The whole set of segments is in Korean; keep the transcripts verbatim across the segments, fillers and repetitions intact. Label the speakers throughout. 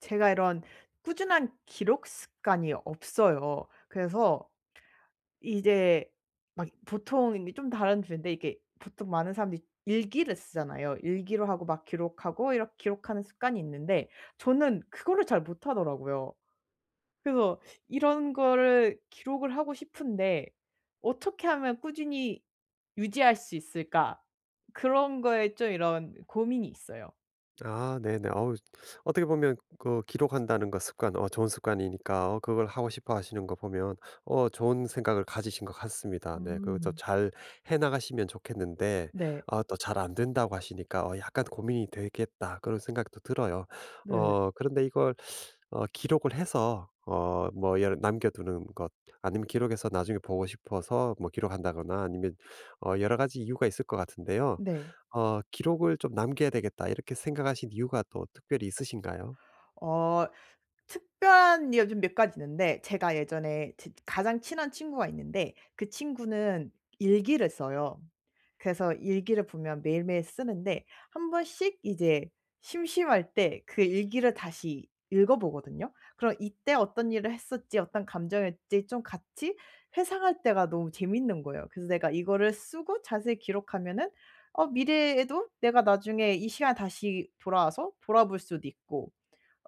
Speaker 1: 제가 이런 꾸준한 기록 습관이 없어요. 그래서 이제 막 보통 이게 좀 다른 주인데 이게 보통 많은 사람들이 일기를 쓰잖아요. 일기로 하고 막 기록하고 이렇게 기록하는 습관이 있는데 저는 그거를 잘 못하더라고요. 그래서 이런 거를 기록을 하고 싶은데 '어떻게 하면 꾸준히 유지할 수 있을까?' 그런 거에 좀 이런 고민이 있어요.
Speaker 2: 아 네네. 어우 어떻게 보면 그 기록한다는 거 습관 어 좋은 습관이니까 어 그걸 하고 싶어 하시는 거 보면 어 좋은 생각을 가지신 것 같습니다. 네. 그것도
Speaker 1: 음.
Speaker 2: 잘 해 나가시면 좋겠는데
Speaker 1: 네.
Speaker 2: 어, 또 잘 안 된다고 하시니까 '어 약간 고민이 되겠다.' 그런 생각도 들어요.
Speaker 1: 네.
Speaker 2: 어 그런데 이걸 어 기록을 해서 어 뭐 예를 남겨 두는 것 아니면 기록해서 나중에 보고 싶어서 뭐 기록한다거나 아니면 어 여러 가지 이유가 있을 것 같은데요.
Speaker 1: 네.
Speaker 2: 어 '기록을 좀 남겨야 되겠다.' 이렇게 생각하신 이유가 또 특별히 있으신가요?
Speaker 1: 어 특별한 이유가 좀 몇 가지 있는데 제가 예전에 제 가장 친한 친구가 있는데 그 친구는 일기를 써요. 그래서 일기를 보면 매일매일 쓰는데 한 번씩 이제 심심할 때 그 일기를 다시 읽어 보거든요. 그럼 이때 어떤 일을 했었지 어떤 감정이었지 좀 같이 회상할 때가 너무 재밌는 거예요. 그래서 내가 이거를 쓰고 자세히 기록하면은 어 미래에도 내가 나중에 이 시간에 다시 돌아와서 돌아볼 수도 있고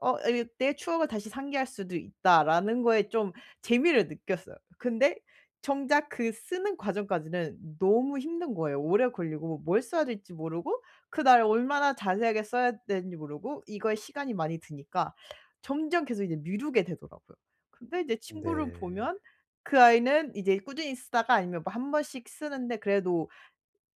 Speaker 1: 어 이 '내 추억을 다시 상기할 수도 있다.'라는 거에 좀 재미를 느꼈어요. 근데 정작 그 쓰는 과정까지는 너무 힘든 거예요. 오래 걸리고 뭐 뭘 써야 될지 모르고 그날 얼마나 자세하게 써야 되는지 모르고 이거에 시간이 많이 드니까 점점 계속 이제 미루게 되더라고요. 근데 이제 친구를
Speaker 2: 네.
Speaker 1: 보면 그 아이는 이제 꾸준히 쓰다가 아니면 뭐 한 번씩 쓰는데 그래도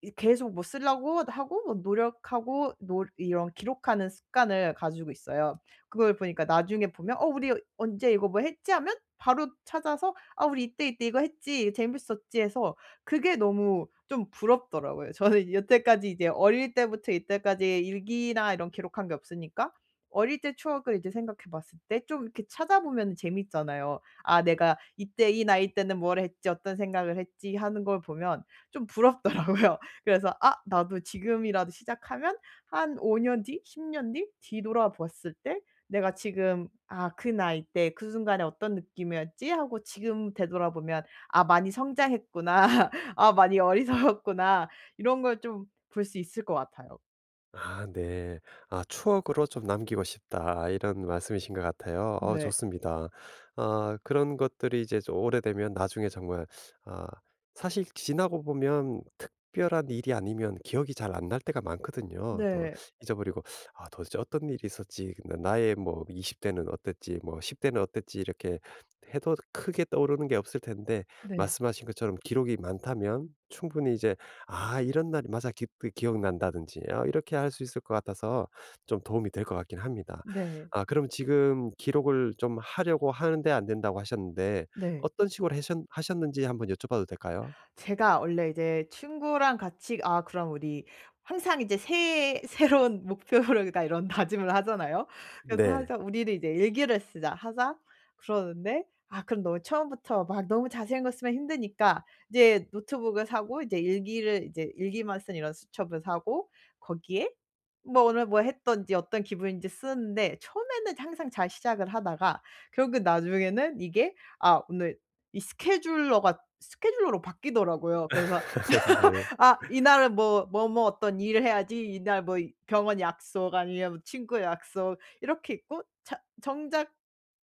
Speaker 1: 이 계속 뭐 쓰려고 하고 뭐 노력하고 노 이런 기록하는 습관을 가지고 있어요. 그걸 보니까 나중에 보면 '어 우리 언제 이거 뭐 했지?' 하면 바로 찾아서 '아 우리 이때, 이때 이거 했지. 재밌었지.' 해서 그게 너무 좀 부럽더라고요. 저는 여태까지 이제 어릴 때부터 이때까지 일기나 이런 기록한 게 없으니까 어릴 때 추억을 이제 생각해 봤을 때 좀 이렇게 찾아보면은 재밌잖아요. '아 내가 이때 이 나이 때는 뭘 했지. 어떤 생각을 했지.' 하는 걸 보면 좀 부럽더라고요. 그래서 '아 나도 지금이라도 시작하면 한 오 년 뒤, 십 년 뒤 뒤돌아봤을 때 내가 지금 '아 그 나이 때 그 순간에 어떤 느낌이었지?' 하고 지금 되돌아보면 '아 많이 성장했구나. 아 많이 어리석었구나.' 이런 걸 좀 볼 수 있을 것 같아요.
Speaker 2: 아 네. 아 "추억으로 좀 남기고 싶다." 이런 말씀이신 것 같아요. 어
Speaker 1: 네.
Speaker 2: 좋습니다. 아 그런 것들이 이제 좀 오래되면 나중에 정말 아 사실 지나고 보면 특별한 일이 아니면 기억이 잘 안 날 때가 많거든요. 또
Speaker 1: 네.
Speaker 2: 잊어버리고 '아 도대체 어떤 일이 있었지? 나 나의 뭐 이십 대는 어땠지? 뭐 십 대는 어땠지?' 이렇게 해도 크게 떠오르는 게 없을 텐데
Speaker 1: 네.
Speaker 2: 말씀하신 것처럼 기록이 많다면 충분히 이제 아 이런 날이 맞아 기 그 기억난다든지 아 이렇게 할 수 있을 것 같아서 좀 도움이 될 것 같긴 합니다.
Speaker 1: 네.
Speaker 2: 아 그럼 지금 기록을 좀 하려고 하는데 안 된다고 하셨는데
Speaker 1: 네.
Speaker 2: 어떤 식으로 하셨 하셨는지 한번 여쭤봐도 될까요?
Speaker 1: 제가 원래 이제 친구랑 같이 아 그럼 우리 항상 이제 새해 새로운 목표를 다 이런 다짐을 하잖아요. 그래서
Speaker 2: 네.
Speaker 1: 항상 "우리는 이제 일기를 쓰자. 하자." 그러는데 아 그럼 너무 처음부터 막 너무 자세한 거 쓰면 힘드니까 이제 노트북을 사고 이제 일기를 이제 일기만 쓴 이런 수첩을 사고 거기에 뭐 오늘 뭐 했던지 어떤 기분인지 쓰는데 처음에는 항상 잘 시작을 하다가 결국 나중에는 이게 '아 오늘 이 스케줄러가 스케줄러로 바뀌더라고요. 그래서
Speaker 2: 네.
Speaker 1: 아 이날은 뭐 뭐 뭐 어떤 일을 해야지 이날 뭐 병원 약속 아니면 뭐 친구 약속 이렇게 있고 자 정작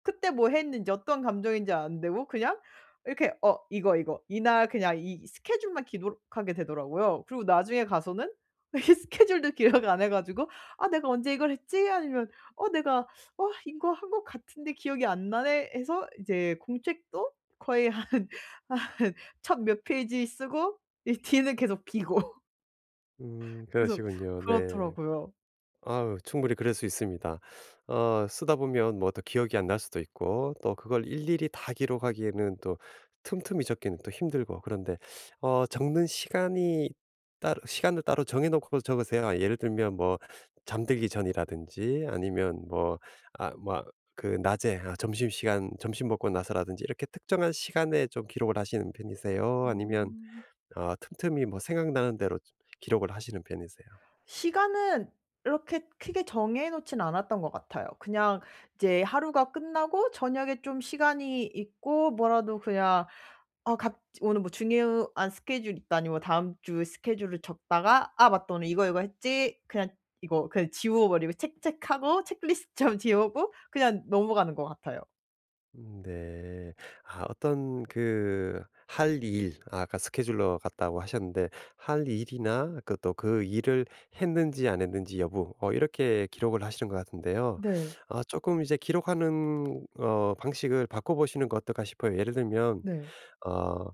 Speaker 1: 그때 뭐 했는지 어떤 감정인지 안 되고 그냥 이렇게 '어 이거, 이거.' 이날 그냥 이 스케줄만 기록하게 되더라고요. 그리고 나중에 가서는 이게 스케줄도 기억 안 해 가지고 '아 내가 언제 이걸 했지?' 아니면 '어 내가 어 이거 한 것 같은데 기억이 안 나네.' 해서 이제 공책도 거의 한 한 첫 몇 페이지 쓰고 이 뒤는 계속 비고
Speaker 2: 음
Speaker 1: 계속
Speaker 2: 그러시군요. 네.
Speaker 1: 그렇더라고요.
Speaker 2: 아유 충분히 그럴 수 있습니다. 어 쓰다 보면 뭐 또 기억이 안 날 수도 있고 또 그걸 일일이 다 기록하기에는 또 틈틈이 적기는 또 힘들고 그런데 어 적는 시간이 따로 시간을 따로 정해 놓고 적으세요? 아 예를 들면 뭐 잠들기 전이라든지 아니면 뭐 아 뭐 그 낮에 아 점심시간 점심 먹고 나서라든지 이렇게 특정한 시간에 좀 기록을 하시는 편이세요? 아니면
Speaker 1: 음.
Speaker 2: 어 틈틈이 뭐 생각나는 대로 기록을 하시는 편이세요?
Speaker 1: 시간은 이렇게 크게 정해 놓진 않았던 것 같아요. 그냥 이제 하루가 끝나고 저녁에 좀 시간이 있고 뭐라도 그냥 아 갑 오늘 뭐 중요한 스케줄 있다니 뭐 다음 주 스케줄을 적다가 '아 맞다. 오늘 이거, 이거 했지.' 그냥 이거 그냥 지워 버리고 체크체크하고 체크리스트 좀 지우고 그냥 넘어가는 것 같아요.
Speaker 2: 음, 네. 아 어떤 그 할 일 아, 아까 스케줄러 같다고 하셨는데 할 일이나 그 또 그 일을 했는지 안 했는지 여부 어 이렇게 기록을 하시는 것 같은데요.
Speaker 1: 네.
Speaker 2: 아금 이제 기록하는 어 방식을 바꿔 보시는 거 어떨까 싶어요. 예를 들면
Speaker 1: 네.
Speaker 2: 어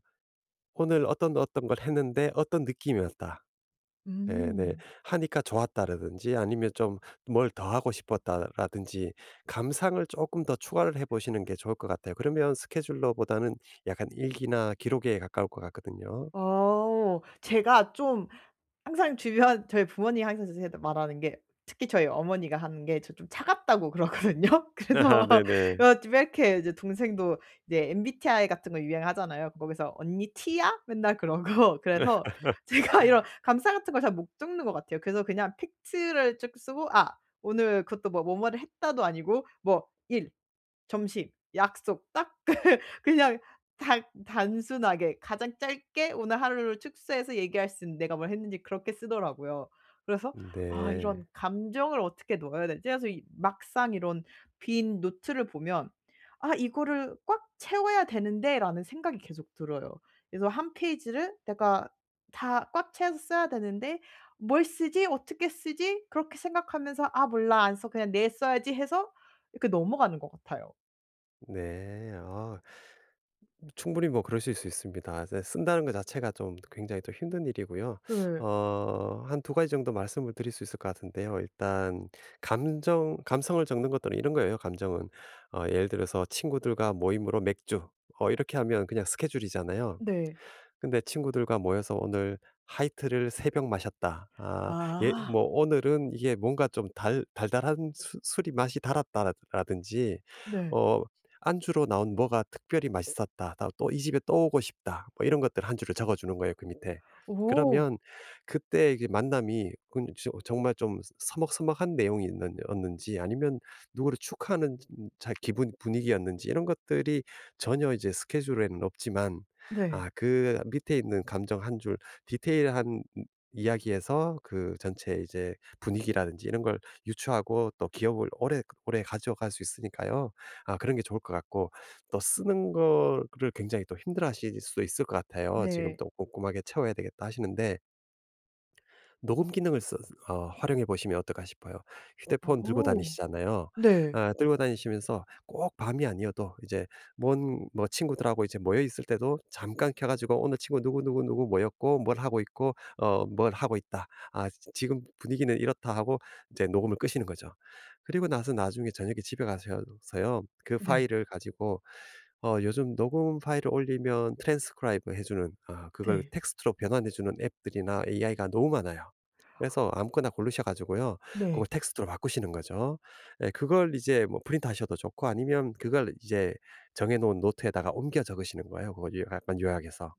Speaker 2: '오늘 어떤, 어떤 걸 했는데 어떤 느낌이었다.' 네네.
Speaker 1: 음.
Speaker 2: 하니까 좋았다라든지 아니면 좀 뭘 더 하고 싶었다라든지 감상을 조금 더 추가를 해 보시는 게 좋을 것 같아요. 그러면 스케줄러보다는 약간 일기나 기록에 가까울 것 같거든요.
Speaker 1: 어. 제가 좀 항상 주변 저희 부모님이 항상 저한테 말하는 게 특히 저희 어머니가 하는 게 저 좀 차갑다고 그러거든요. 그래서
Speaker 2: 아,
Speaker 1: 어
Speaker 2: 네네.
Speaker 1: 왜 이렇게 이제 동생도 이제 엠비티아이 같은 거 유행하잖아요. 거기서 "언니 티야?" 맨날 그러고 그래서 제가 이런 감상 같은 걸 잘 못 적는 것 같아요. 그래서 그냥 팩트를 쭉 쓰고 아 오늘 그것도 뭐 뭐뭐를 했다도 아니고 뭐 일, 점심, 약속 딱 그 그냥 딱 단순하게 가장 짧게 오늘 하루를 축소해서 얘기할 수 있는 내가 뭘 했는지 그렇게 쓰더라고요. 그래서 '아 이런
Speaker 2: 네.
Speaker 1: 감정을 어떻게 넣어야 되지?' 그래서 이 막상 이런 빈 노트를 보면 '아 이거를 꽉 채워야 되는데.'라는 생각이 계속 들어요. 그래서 한 페이지를 내가 다 꽉 채워서 써야 되는데 '뭘 쓰지? 어떻게 쓰지?' 그렇게 생각하면서 '아 몰라. 안 써. 그냥 내일 써야지.' 해서 이렇게 넘어가는 것 같아요.
Speaker 2: 네. 아 충분히 뭐 그러실 수 있습니다. 이제 쓴다는 것 자체가 좀 굉장히 또 힘든 일이고요.
Speaker 1: 네.
Speaker 2: 어, 한 두 가지 정도 말씀을 드릴 수 있을 것 같은데요. 일단 감정 감성을 적는 것들은 이런 거예요, 감정은. 어 예를 들어서 친구들과 모임으로 맥주 어 이렇게 하면 그냥 스케줄이잖아요.
Speaker 1: 네.
Speaker 2: 근데 친구들과 모여서 오늘 하이트를 세 병 마셨다. 아 예
Speaker 1: 아.
Speaker 2: 뭐 오늘은 이게 뭔가 좀 달 달달한 수 술이 맛이 달았다 라든지
Speaker 1: 네.
Speaker 2: 어 안주로 나온 뭐가 특별히 맛있었다. 또 이 집에 또 오고 싶다. 뭐 이런 것들 한 줄을 적어 주는 거예요 그 밑에.
Speaker 1: 오.
Speaker 2: 그러면 그때 이게 만남이 그 저 정말 좀 서먹서먹한 내용이 있는 는지 아니면 누구를 축하하는 자 기분 분위기였는지 이런 것들이 전혀 이제 스케줄에는 없지만
Speaker 1: 네.
Speaker 2: 아 그 밑에 있는 감정 한 줄 디테일한 이 이야기에서 그 전체 이제 분위기라든지 이런 걸 유추하고 또 기억을 오래 오래 가져갈 수 있으니까요. 아 그런 게 좋을 것 같고 또 쓰는 거를 굉장히 또 힘들어하실 수도 있을 것 같아요. 지금
Speaker 1: 네.
Speaker 2: 또 '꼼꼼하게 채워야 되겠다.' 하시는데 녹음 기능을 써 어 활용해 보시면 어떨까 싶어요. 휴대폰 들고
Speaker 1: 오.
Speaker 2: 다니시잖아요.
Speaker 1: 네.
Speaker 2: 아 들고 다니시면서 꼭 밤이 아니어도 이제 뭔 뭐 친구들하고 이제 모여 있을 때도 잠깐 켜 가지고 "오늘 친구 누구누구누구 모였고 뭘 하고 있고 어 뭘 하고 있다. 아 지 지금 분위기는 이렇다." 하고 이제 녹음을 끄시는 거죠. 그리고 나서 나중에 저녁에 집에 가셔서요. 그
Speaker 1: 네.
Speaker 2: 파일을 가지고 어 요즘 녹음 파일을 올리면 트랜스크라이브 해 주는 아 그걸
Speaker 1: 네.
Speaker 2: 텍스트로 변환해 주는 앱들이나 에이아이가 너무 많아요. 그래서 아무거나 고르셔 가지고요.
Speaker 1: 네. 네.
Speaker 2: 그걸 텍스트로 바꾸시는 거죠. 예 그걸 이제 뭐 프린트하셔도 좋고 아니면 그걸 이제 정해 놓은 노트에다가 옮겨 적으시는 거예요. 그걸 요 약 간 요약해서.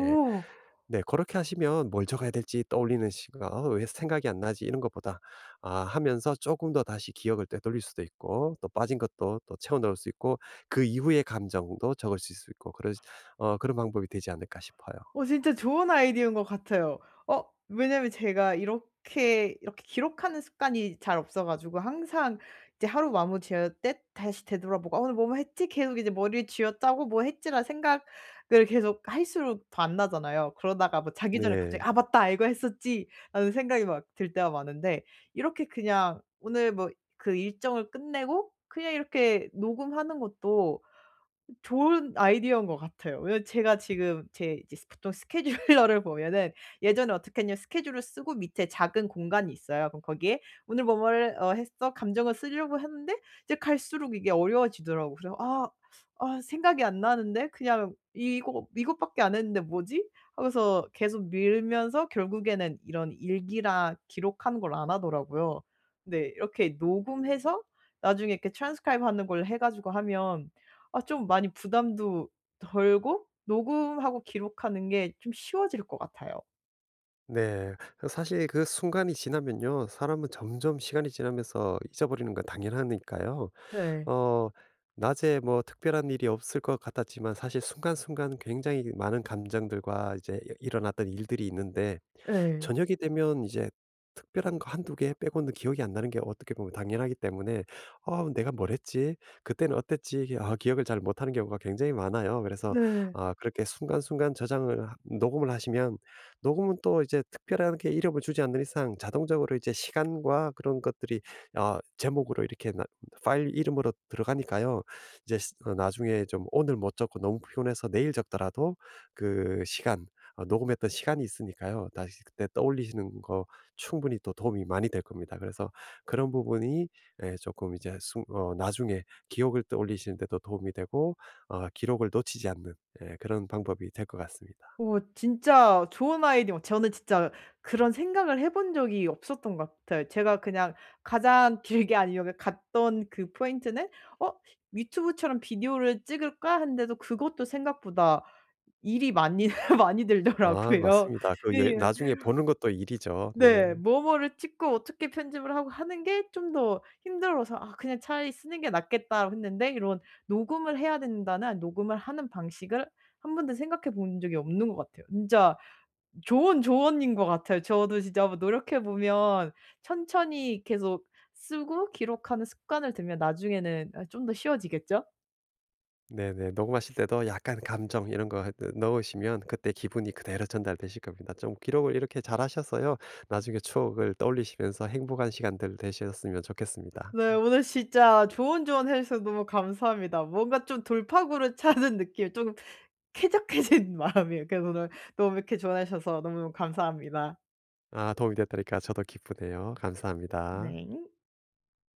Speaker 2: 예. 네 그렇게 하시면 뭘 적어야 될지 떠올리는 시간 어, 왜 생각이 안 나지?' 이런 것보다 아 하면서 조금 더 다시 기억을 되돌릴 수도 있고 또 빠진 것도 또 채워 넣을 수 있고 그 이후의 감정도 적을 수 있고 그런 어 그런 방법이 되지 않을까 싶어요.
Speaker 1: 어 진짜 좋은 아이디어인 것 같아요. 어 왜냐면 제가 이렇게, 이렇게 기록하는 습관이 잘 없어 가지고 항상 이제 하루 마무리 지을 때 다시 되돌아보고 '아 오늘 뭐뭐 했지?' 계속 이제 머리를 쥐어짜고 '뭐 했지.'라는 생각을 계속 할수록 더 안 나잖아요. 그러다가 뭐 자기 전에 갑자기
Speaker 2: 네.
Speaker 1: '아 맞다. 이거 했었지.'라는 생각이 막 들 때가 많은데 이렇게 그냥 오늘 뭐 그 일정을 끝내고 그냥 이렇게 녹음하는 것도 좋은 아이디어인 것 같아요. 왜냐면 제가 지금 제 이제 보통 스케줄러를 보면은 예전에 어떻게 했냐면 스케줄을 쓰고 밑에 작은 공간이 있어요. 그럼 거기에 "오늘 뭐뭐를 어 했어." 감정을 쓰려고 했는데 이제 갈수록 이게 어려워지더라고요. 그래서 '아 아 생각이 안 나는데 그냥 이거 이것밖에 안 했는데 뭐지?' 하고서 계속 밀면서 결국에는 이런 일기라 기록하는 걸 안 하더라고요. 네 이렇게 녹음해서 나중에 이렇게 트랜스 엔 에스 씨 하는 걸 해 가지고 하면 아 좀 많이 부담도 덜고 녹음하고 기록하는 게 좀 쉬워질 것 같아요.
Speaker 2: 네. 그 사실 그 순간이 지나면요. 사람은 점점 시간이 지나면서 잊어버리는 건 당연하니까요.
Speaker 1: 네.
Speaker 2: 어 낮에 뭐 특별한 일이 없을 것 같았지만 사실 순간순간 굉장히 많은 감정들과 이제 일어났던 일들이 있는데
Speaker 1: 예.
Speaker 2: 저녁이 되면 이제 특별한 거 한두 개 빼고는 기억이 안 나는 게 어떻게 보면 당연하기 때문에 '아 내가 뭘 했지? 그때는 어땠지?' 이게 아 기억을 잘 못하는 경우가 굉장히 많아요. 그래서
Speaker 1: 네.
Speaker 2: 아 그렇게 순간순간 저장을 하 녹음을 하시면 녹음은 또 이제 특별하게 이름을 주지 않는 이상 자동적으로 이제 시간과 그런 것들이 어 제목으로 이렇게 나 파일 이름으로 들어가니까요. 이제 시 어 나중에 좀 오늘 못 적고 너무 피곤해서 내일 적더라도 그 시간 어 녹음했던 시간이 있으니까요. 다시 그때 떠올리시는 거 충분히 또 도움이 많이 될 겁니다. 그래서 그런 부분이 예금 이제 숨 어 나중에 기억을 떠올리시는 데도 도움이 되고 어 기록을 놓치지 않는 예 그런 방법이 될 것 같습니다.
Speaker 1: 어 진짜 좋은 아이디어 저는 진짜 그런 생각을 해본 적이 없었던 것 같아요. 제가 그냥 가장 길게 아니면 그 갔던 그 포인트는 '어 유튜브처럼 비디오를 찍을까?' 했는데도 그것도 생각보다 일이 많이 많이
Speaker 2: 아
Speaker 1: 들더라고요.
Speaker 2: 맞습니다. 그 예
Speaker 1: 예.
Speaker 2: 나중에 보는 것도 일이죠. 네.
Speaker 1: 네. 뭐뭐를 찍고 어떻게 편집을 하고 하는 게 좀 더 힘들어서 '아 그냥 차라리 쓰는 게 낫겠다.' 했는데 이런 녹음을 해야 된다는 녹음을 하는 방식을 한 번도 생각해 본 적이 없는 것 같아요. 진짜 좋은 조언인 것 같아요. 저도 진짜 한번 노력해 보면 천천히 계속 쓰고 기록하는 습관을 들면 나중에는 아 좀 더 쉬워지겠죠?
Speaker 2: 네네. 녹음하실 때도 약간 감정 이런 거 하 넣으시면 그때 기분이 그대로 전달되실 겁니다. 좀 기록을 이렇게 잘 하셔서요. 나중에 추억을 떠올리시면서 행복한 시간들 되셨으면 좋겠습니다.
Speaker 1: 네. 오늘 진짜 좋은 조언 해 주셔서 너무 감사합니다. 뭔가 좀 돌파구를 찾은 느낌 좀 쾌적해진 마음이에요. 그래서 오늘 너무 이렇게 조언해 주셔서 너무너무 감사합니다.
Speaker 2: 아 도움이 됐다니까 저도 기쁘네요. 감사합니다.
Speaker 1: 네.